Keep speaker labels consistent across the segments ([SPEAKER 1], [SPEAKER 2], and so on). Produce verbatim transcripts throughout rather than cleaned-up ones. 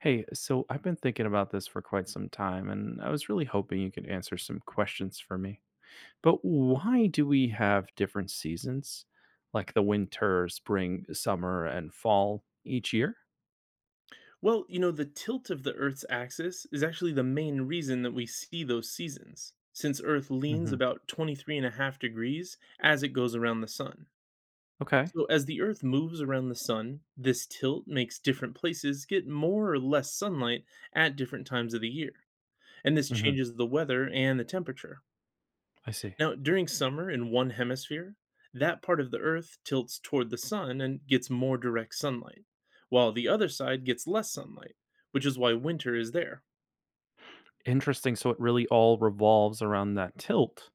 [SPEAKER 1] Hey, so I've been thinking about this for quite some time, and I was really hoping you could answer some questions for me. But why do we have different seasons, like the winter, spring, summer, and fall each year?
[SPEAKER 2] Well, you know, the tilt of the Earth's axis is actually the main reason that we see those seasons, since Earth leans
[SPEAKER 1] hmm
[SPEAKER 2] about twenty-three and a half degrees as it goes around the sun.
[SPEAKER 1] Okay.
[SPEAKER 2] So, as the Earth moves around the sun, this tilt makes different places get more or less sunlight at different times of the year. And this
[SPEAKER 1] hmm
[SPEAKER 2] changes the weather and the temperature.
[SPEAKER 1] I see.
[SPEAKER 2] Now, during summer in one hemisphere, that part of the Earth tilts toward the sun and gets more direct sunlight, while the other side gets less sunlight, which is why winter is there.
[SPEAKER 1] Interesting. So it really all revolves around that tilt.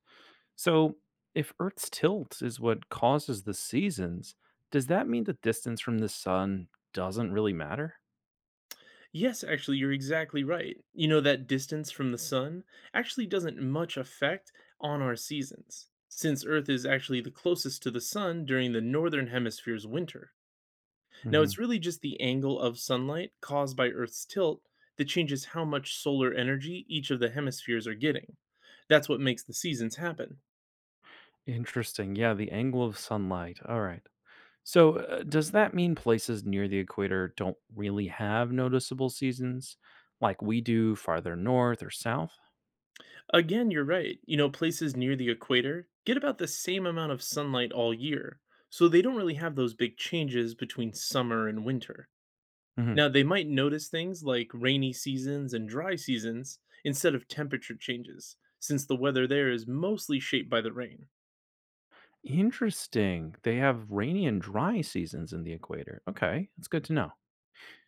[SPEAKER 1] So if Earth's tilt is what causes the seasons, does that mean the distance from the sun doesn't really matter?
[SPEAKER 2] Yes, actually, you're exactly right. You know, that distance from the sun actually doesn't much affect on our seasons, since Earth is actually the closest to the sun during the northern hemisphere's winter. Now, it's
[SPEAKER 1] hmm
[SPEAKER 2] really just the angle of sunlight caused by Earth's tilt that changes how much solar energy each of the hemispheres are getting. That's what makes the seasons happen.
[SPEAKER 1] Interesting. Yeah, the angle of sunlight. All right. So, uh, does that mean places near the equator don't really have noticeable seasons like we do farther north or south?
[SPEAKER 2] Again, you're right. You know, places near the equator get about the same amount of sunlight all year, so they don't really have those big changes between summer and winter.
[SPEAKER 1] hmm
[SPEAKER 2] Now, they might notice things like rainy seasons and dry seasons instead of temperature changes, since the weather there is mostly shaped by the rain.
[SPEAKER 1] Interesting. They have rainy and dry seasons in the equator. Okay, that's good to know.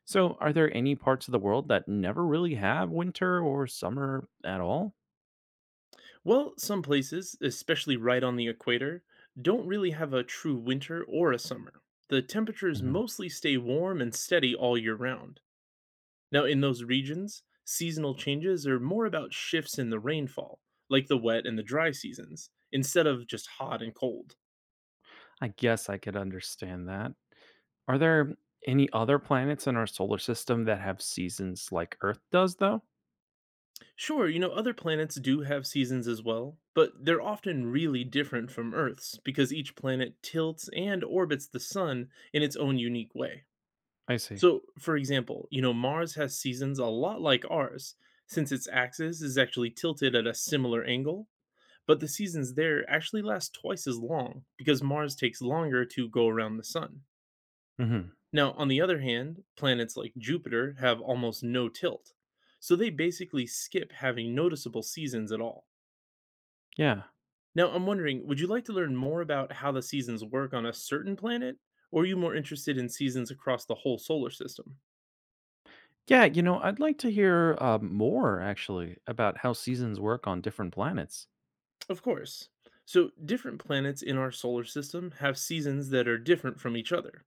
[SPEAKER 1] So, are there any parts of the world that never really have winter or summer at all?
[SPEAKER 2] Well, some places, especially right on the equator, don't really have a true winter or a summer. The temperatures
[SPEAKER 1] hmm
[SPEAKER 2] mostly stay warm and steady all year round. Now, in those regions, seasonal changes are more about shifts in the rainfall, like the wet and the dry seasons, instead of just hot and cold.
[SPEAKER 1] I guess I could understand that. Are there any other planets in our solar system that have seasons like Earth does, though?
[SPEAKER 2] Sure, you know, other planets do have seasons as well, but they're often really different from Earth's because each planet tilts and orbits the sun in its own unique way.
[SPEAKER 1] I see.
[SPEAKER 2] So, for example, you know, Mars has seasons a lot like ours, since its axis is actually tilted at a similar angle, but the seasons there actually last twice as long because Mars takes longer to go around the sun.
[SPEAKER 1] hmm
[SPEAKER 2] Now, on the other hand, planets like Jupiter have almost no tilt, so they basically skip having noticeable seasons at all.
[SPEAKER 1] Yeah.
[SPEAKER 2] Now, I'm wondering, would you like to learn more about how the seasons work on a certain planet, or are you more interested in seasons across the whole solar system?
[SPEAKER 1] Yeah, you know, I'd like to hear uh, more actually about how seasons work on different planets.
[SPEAKER 2] Of course. So, different planets in our solar system have seasons that are different from each other.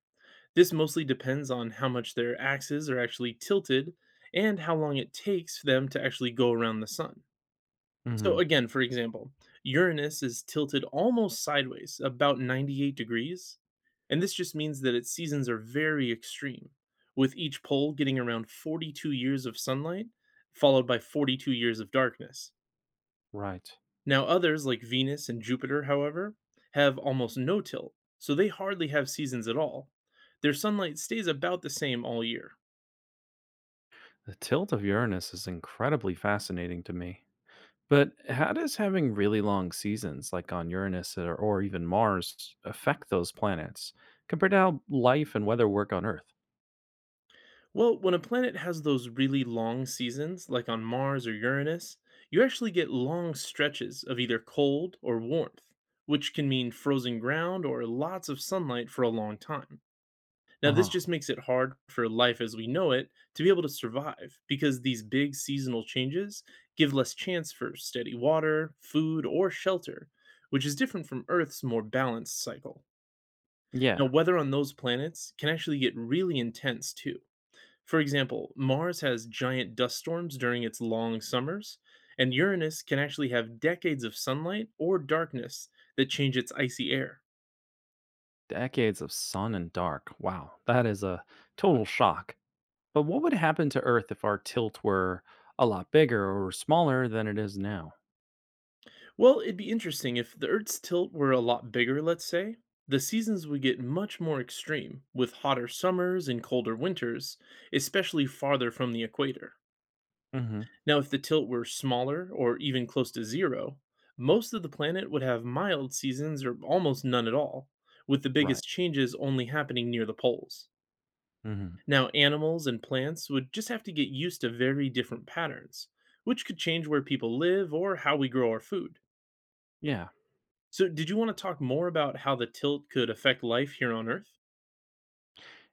[SPEAKER 2] This mostly depends on how much their axes are actually tilted and how long it takes for them to actually go around the sun. So,
[SPEAKER 1] hmm
[SPEAKER 2] again, for example, Uranus is tilted almost sideways, about ninety-eight degrees. And this just means that its seasons are very extreme, with each pole getting around forty-two years of sunlight, followed by forty-two years of darkness.
[SPEAKER 1] Right.
[SPEAKER 2] Now, others like Venus and Jupiter, however, have almost no tilt, so they hardly have seasons at all. Their sunlight stays about the same all year.
[SPEAKER 1] The tilt of Uranus is incredibly fascinating to me. But how does having really long seasons, like on Uranus or, or even Mars, affect those planets compared to how life and weather work on Earth?
[SPEAKER 2] Well, when a planet has those really long seasons, like on Mars or Uranus, you actually get long stretches of either cold or warmth, which can mean frozen ground or lots of sunlight for a long time. Now,
[SPEAKER 1] Uh
[SPEAKER 2] this
[SPEAKER 1] huh.
[SPEAKER 2] just makes it hard for life as we know it to be able to survive because these big seasonal changes give less chance for steady water, food, or shelter, which is different from Earth's more balanced cycle.
[SPEAKER 1] Yeah,
[SPEAKER 2] Now, weather on those planets can actually get really intense too. For example, Mars has giant dust storms during its long summers, and Uranus can actually have decades of sunlight or darkness that change its icy air.
[SPEAKER 1] decades of sun and dark. Wow, that is a total shock. But what would happen to Earth if our tilt were a lot bigger or smaller than it is now?
[SPEAKER 2] Well, it'd be interesting if the Earth's tilt were a lot bigger, let's say. The seasons would get much more extreme, with hotter summers and colder winters, especially farther from the equator. Now, if the tilt were smaller or even close to zero, most of the planet would have mild seasons or almost none at all, with the biggest
[SPEAKER 1] Right.
[SPEAKER 2] changes only happening near the poles.
[SPEAKER 1] hmm
[SPEAKER 2] Now, animals and plants would just have to get used to very different patterns, which could change where people live or how we grow our food.
[SPEAKER 1] Yeah.
[SPEAKER 2] So, did you want to talk more about how the tilt could affect life here on Earth?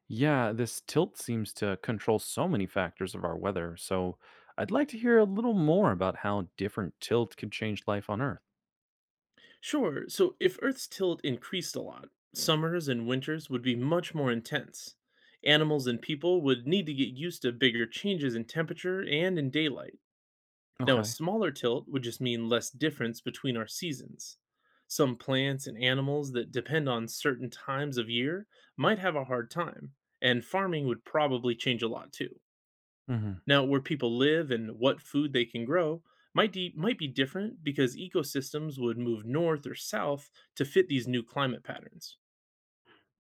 [SPEAKER 1] Yeah. This tilt seems to control so many factors of our weather. So I'd like to hear a little more about how different tilt could change life on Earth.
[SPEAKER 2] Sure. So, if Earth's tilt increased a lot, summers and winters would be much more intense. Animals and people would need to get used to bigger changes in temperature and in daylight. Now, a
[SPEAKER 1] Okay.
[SPEAKER 2] smaller tilt would just mean less difference between our seasons. Some plants and animals that depend on certain times of year might have a hard time, and farming would probably change a lot too.
[SPEAKER 1] hmm
[SPEAKER 2] Now, where people live and what food they can grow might, de- might be different because ecosystems would move north or south to fit these new climate patterns.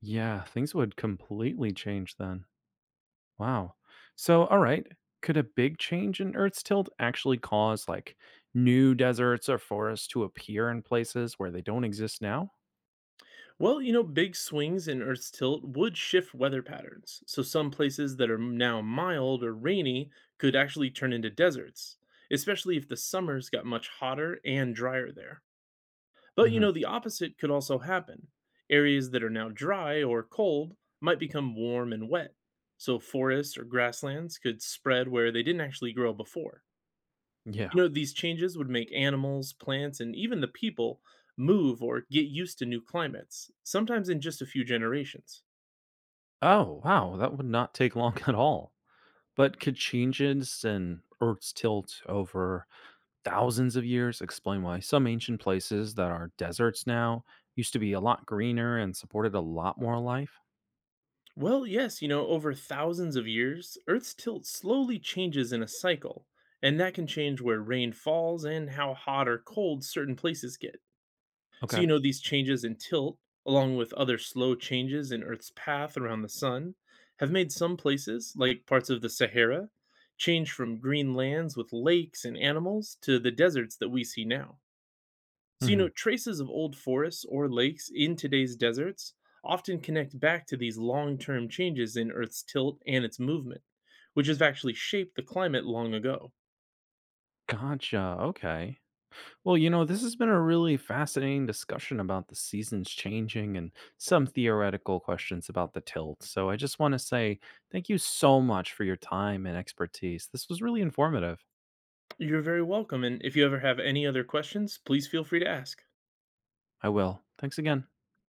[SPEAKER 1] Yeah. Things would completely change then. Wow. So, all right. Could a big change in Earth's tilt actually cause like new deserts or forests to appear in places where they don't exist now?
[SPEAKER 2] Well, you know, big swings in Earth's tilt would shift weather patterns. So, some places that are now mild or rainy could actually turn into deserts, especially if the summers got much hotter and drier there. But you
[SPEAKER 1] hmm
[SPEAKER 2] know, the opposite could also happen. Areas that are now dry or cold might become warm and wet. So forests or grasslands could spread where they didn't actually grow before. You
[SPEAKER 1] Yeah.
[SPEAKER 2] know, these changes would make animals, plants, and even the people move or get used to new climates, sometimes in just a few generations.
[SPEAKER 1] Oh, wow. That would not take long at all. But could changes in Earth's tilt over thousands of years explain why some ancient places that are deserts now used to be a lot greener and supported a lot more life?
[SPEAKER 2] Well, yes, you know, over thousands of years, Earth's tilt slowly changes in a cycle, and that can change where rain falls and how hot or cold certain places get. So you
[SPEAKER 1] Okay.
[SPEAKER 2] know these changes in tilt, along with other slow changes in Earth's path around the sun, have made some places, like parts of the Sahara, change from green lands with lakes and animals to the deserts that we see now. So you know
[SPEAKER 1] hmm
[SPEAKER 2] traces of old forests or lakes in today's deserts often connect back to these long-term changes in Earth's tilt and its movement, which have actually shaped the climate long ago.
[SPEAKER 1] Gotcha. Okay. Well, you know, this has been a really fascinating discussion about the seasons changing and some theoretical questions about the tilt. So I just want to say thank you so much for your time and expertise. This was really informative.
[SPEAKER 2] You're very welcome, and if you ever have any other questions, please feel free to ask.
[SPEAKER 1] I will. Thanks again.